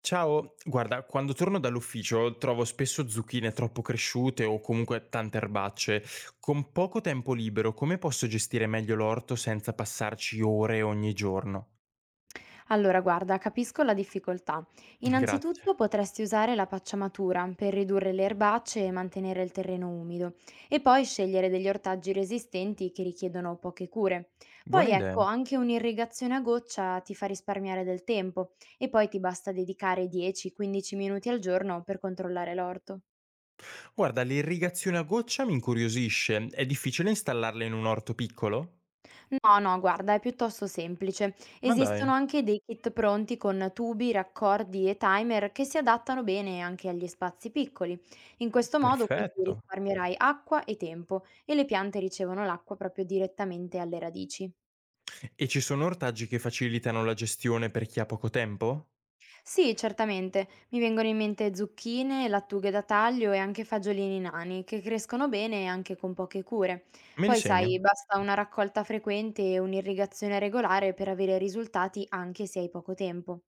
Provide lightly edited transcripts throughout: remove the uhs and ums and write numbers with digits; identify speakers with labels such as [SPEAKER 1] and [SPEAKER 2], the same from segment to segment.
[SPEAKER 1] Ciao, guarda, quando torno dall'ufficio trovo spesso zucchine troppo cresciute o comunque tante erbacce. Con poco tempo libero, come posso gestire meglio l'orto senza passarci ore ogni giorno?
[SPEAKER 2] Allora, guarda, capisco la difficoltà.
[SPEAKER 1] Grazie.
[SPEAKER 2] Innanzitutto potresti usare la pacciamatura per ridurre le erbacce e mantenere il terreno umido e poi scegliere degli ortaggi resistenti che richiedono poche cure. Poi
[SPEAKER 1] Buona idea.
[SPEAKER 2] ecco, anche un'irrigazione a goccia ti fa risparmiare del tempo e poi ti basta dedicare 10-15 minuti al giorno per controllare l'orto.
[SPEAKER 1] Guarda, l'irrigazione a goccia mi incuriosisce. È difficile installarla in un orto piccolo?
[SPEAKER 2] No, no, guarda, è piuttosto semplice.
[SPEAKER 1] Ma dai,
[SPEAKER 2] Esistono anche dei kit pronti con tubi, raccordi e timer che si adattano bene anche agli spazi piccoli. In questo modo quindi
[SPEAKER 1] perfetto.
[SPEAKER 2] risparmierai acqua e tempo e le piante ricevono l'acqua proprio direttamente alle radici.
[SPEAKER 1] E ci sono ortaggi che facilitano la gestione per chi ha poco tempo?
[SPEAKER 2] Sì, certamente, mi vengono in mente zucchine, lattughe da taglio e anche fagiolini nani che crescono bene anche con poche cure.
[SPEAKER 1] Me li
[SPEAKER 2] Poi
[SPEAKER 1] segno.
[SPEAKER 2] sai, basta una raccolta frequente e un'irrigazione regolare per avere risultati anche se hai poco tempo.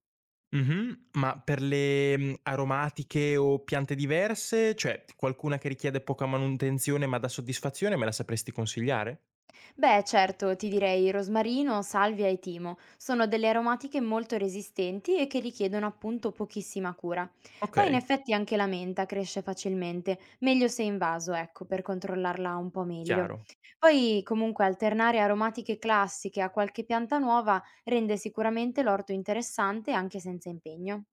[SPEAKER 1] Mh-mh. Ma per le, aromatiche o piante diverse, cioè qualcuna che richiede poca manutenzione ma dà soddisfazione, me la sapresti consigliare?
[SPEAKER 2] Beh, certo, ti direi rosmarino, salvia e timo. Sono delle aromatiche molto resistenti e che richiedono appunto pochissima cura. Poi in
[SPEAKER 1] Okay,
[SPEAKER 2] effetti anche la menta cresce facilmente, meglio se in vaso, ecco, per controllarla un po' meglio.
[SPEAKER 1] chiaro.
[SPEAKER 2] Poi comunque alternare aromatiche classiche a qualche pianta nuova rende sicuramente l'orto interessante anche senza impegno.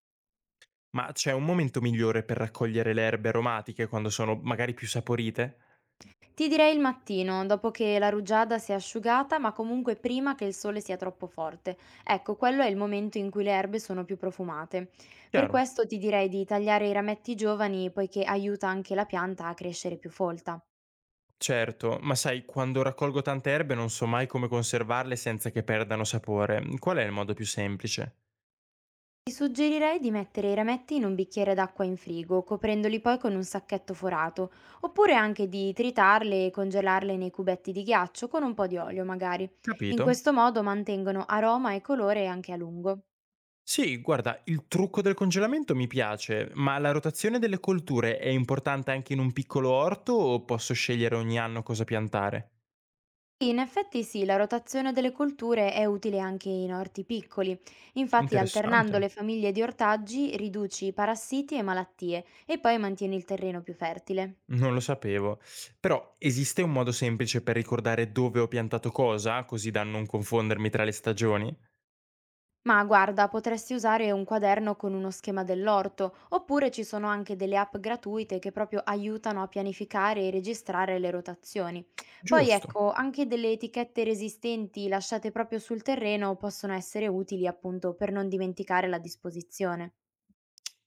[SPEAKER 1] Ma c'è un momento migliore per raccogliere le erbe aromatiche, quando sono magari più saporite?
[SPEAKER 2] Ti direi il mattino, dopo che la rugiada si è asciugata, ma comunque prima che il sole sia troppo forte. Ecco, quello è il momento in cui le erbe sono più profumate. Per
[SPEAKER 1] Chiaro,
[SPEAKER 2] questo ti direi di tagliare i rametti giovani, poiché aiuta anche la pianta a crescere più folta.
[SPEAKER 1] certo, ma sai, quando raccolgo tante erbe non so mai come conservarle senza che perdano sapore. Qual è il modo più semplice?
[SPEAKER 2] Ti suggerirei di mettere i rametti in un bicchiere d'acqua in frigo, coprendoli poi con un sacchetto forato, oppure anche di tritarle e congelarle nei cubetti di ghiaccio con un po' di olio magari. In
[SPEAKER 1] Capito.
[SPEAKER 2] questo modo mantengono aroma e colore anche a lungo.
[SPEAKER 1] Sì, guarda, il trucco del congelamento mi piace, ma la rotazione delle colture è importante anche in un piccolo orto o posso scegliere ogni anno cosa piantare?
[SPEAKER 2] In effetti sì, la rotazione delle colture è utile anche in orti piccoli. Infatti, alternando le
[SPEAKER 1] Interessante,
[SPEAKER 2] famiglie di ortaggi, riduci parassiti e malattie e poi mantieni il terreno più fertile.
[SPEAKER 1] non lo sapevo. Però esiste un modo semplice per ricordare dove ho piantato cosa, così da non confondermi tra le stagioni?
[SPEAKER 2] Ma guarda, potresti usare un quaderno con uno schema dell'orto, oppure ci sono anche delle app gratuite che proprio aiutano a pianificare e registrare le rotazioni. Poi
[SPEAKER 1] Giusto.
[SPEAKER 2] ecco, anche delle etichette resistenti lasciate proprio sul terreno possono essere utili appunto per non dimenticare la disposizione.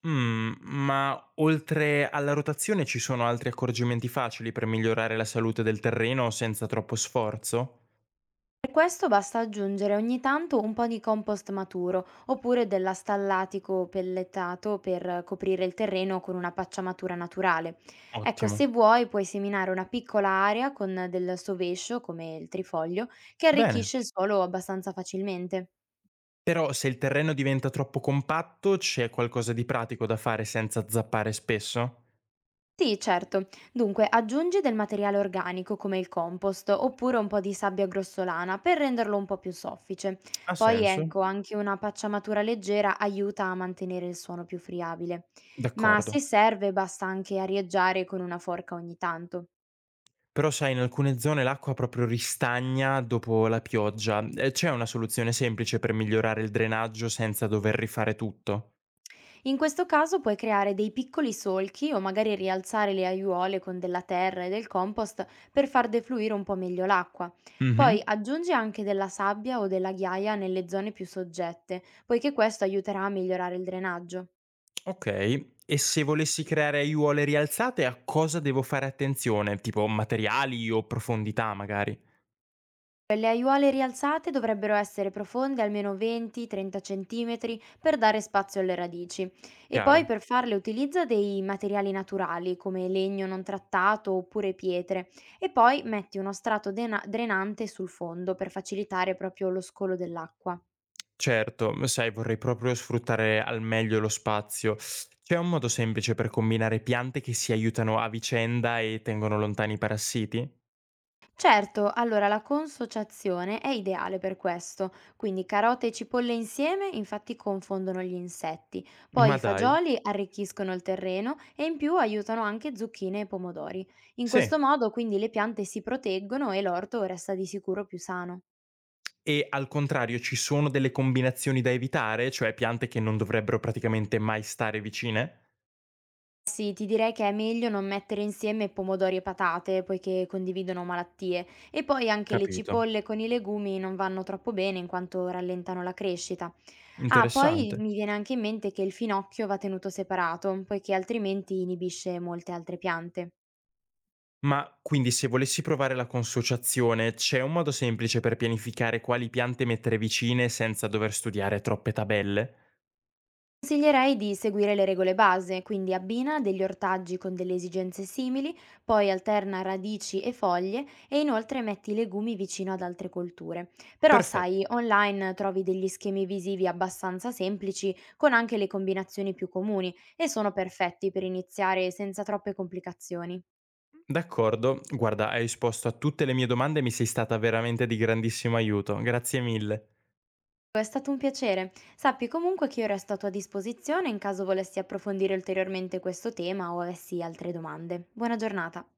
[SPEAKER 1] Mm, ma oltre alla rotazione ci sono altri accorgimenti facili per migliorare la salute del terreno senza troppo sforzo?
[SPEAKER 2] Per questo basta aggiungere ogni tanto un po' di compost maturo oppure della stallatico pellettato per coprire il terreno con una pacciamatura naturale. Ecco,
[SPEAKER 1] Ottimo.
[SPEAKER 2] se vuoi puoi seminare una piccola area con del sovescio, come il trifoglio, che
[SPEAKER 1] Bene.
[SPEAKER 2] arricchisce il suolo abbastanza facilmente.
[SPEAKER 1] Però se il terreno diventa troppo compatto, c'è qualcosa di pratico da fare senza zappare spesso?
[SPEAKER 2] Sì, certo. Dunque, aggiungi del materiale organico come il compost oppure un po' di sabbia grossolana per renderlo un po' più soffice.
[SPEAKER 1] Ha
[SPEAKER 2] Poi
[SPEAKER 1] senso,
[SPEAKER 2] ecco, anche una pacciamatura leggera aiuta a mantenere il suono più friabile. Ma se
[SPEAKER 1] d'accordo.
[SPEAKER 2] serve, basta anche arieggiare con una forca ogni tanto.
[SPEAKER 1] Però sai, in alcune zone l'acqua proprio ristagna dopo la pioggia. C'è una soluzione semplice per migliorare il drenaggio senza dover rifare tutto?
[SPEAKER 2] In questo caso puoi creare dei piccoli solchi o magari rialzare le aiuole con della terra e del compost per far defluire un po' meglio l'acqua. Poi
[SPEAKER 1] Mhm.
[SPEAKER 2] aggiungi anche della sabbia o della ghiaia nelle zone più soggette, poiché questo aiuterà a migliorare il drenaggio.
[SPEAKER 1] Ok. E se volessi creare aiuole rialzate, a cosa devo fare attenzione? Tipo materiali o profondità, magari?
[SPEAKER 2] Le aiuole rialzate dovrebbero essere profonde almeno 20-30 cm per dare spazio alle radici e poi
[SPEAKER 1] Chiaro.
[SPEAKER 2] per farle utilizza dei materiali naturali come legno non trattato oppure pietre e poi metti uno strato drenante sul fondo per facilitare proprio lo scolo dell'acqua.
[SPEAKER 1] Certo, sai vorrei proprio sfruttare al meglio lo spazio. C'è un modo semplice per combinare piante che si aiutano a vicenda e tengono lontani i parassiti?
[SPEAKER 2] Certo, allora la consociazione è ideale per questo, quindi carote e cipolle insieme infatti confondono gli insetti, poi
[SPEAKER 1] Ma
[SPEAKER 2] i
[SPEAKER 1] dai.
[SPEAKER 2] fagioli arricchiscono il terreno e in più aiutano anche zucchine e pomodori. In questo
[SPEAKER 1] Sì.
[SPEAKER 2] modo quindi le piante si proteggono e l'orto resta di sicuro più sano.
[SPEAKER 1] E al contrario ci sono delle combinazioni da evitare, cioè piante che non dovrebbero praticamente mai stare vicine?
[SPEAKER 2] Sì, ti direi che è meglio non mettere insieme pomodori e patate poiché condividono malattie e poi anche le
[SPEAKER 1] Capito.
[SPEAKER 2] cipolle con i legumi non vanno troppo bene in quanto rallentano la crescita. Ah, poi
[SPEAKER 1] Interessante.
[SPEAKER 2] mi viene anche in mente che il finocchio va tenuto separato, poiché altrimenti inibisce molte altre piante.
[SPEAKER 1] Ma quindi se volessi provare la consociazione, c'è un modo semplice per pianificare quali piante mettere vicine senza dover studiare troppe tabelle?
[SPEAKER 2] Consiglierei di seguire le regole base, quindi abbina degli ortaggi con delle esigenze simili, poi alterna radici e foglie e inoltre metti i legumi vicino ad altre colture. Però
[SPEAKER 1] Perfetto.
[SPEAKER 2] sai, online trovi degli schemi visivi abbastanza semplici con anche le combinazioni più comuni e sono perfetti per iniziare senza troppe complicazioni.
[SPEAKER 1] D'accordo, guarda, hai risposto a tutte le mie domande e mi sei stata veramente di grandissimo aiuto. Grazie mille.
[SPEAKER 2] È stato un piacere. Sappi comunque che io resto a tua disposizione in caso volessi approfondire ulteriormente questo tema o avessi altre domande. Buona giornata.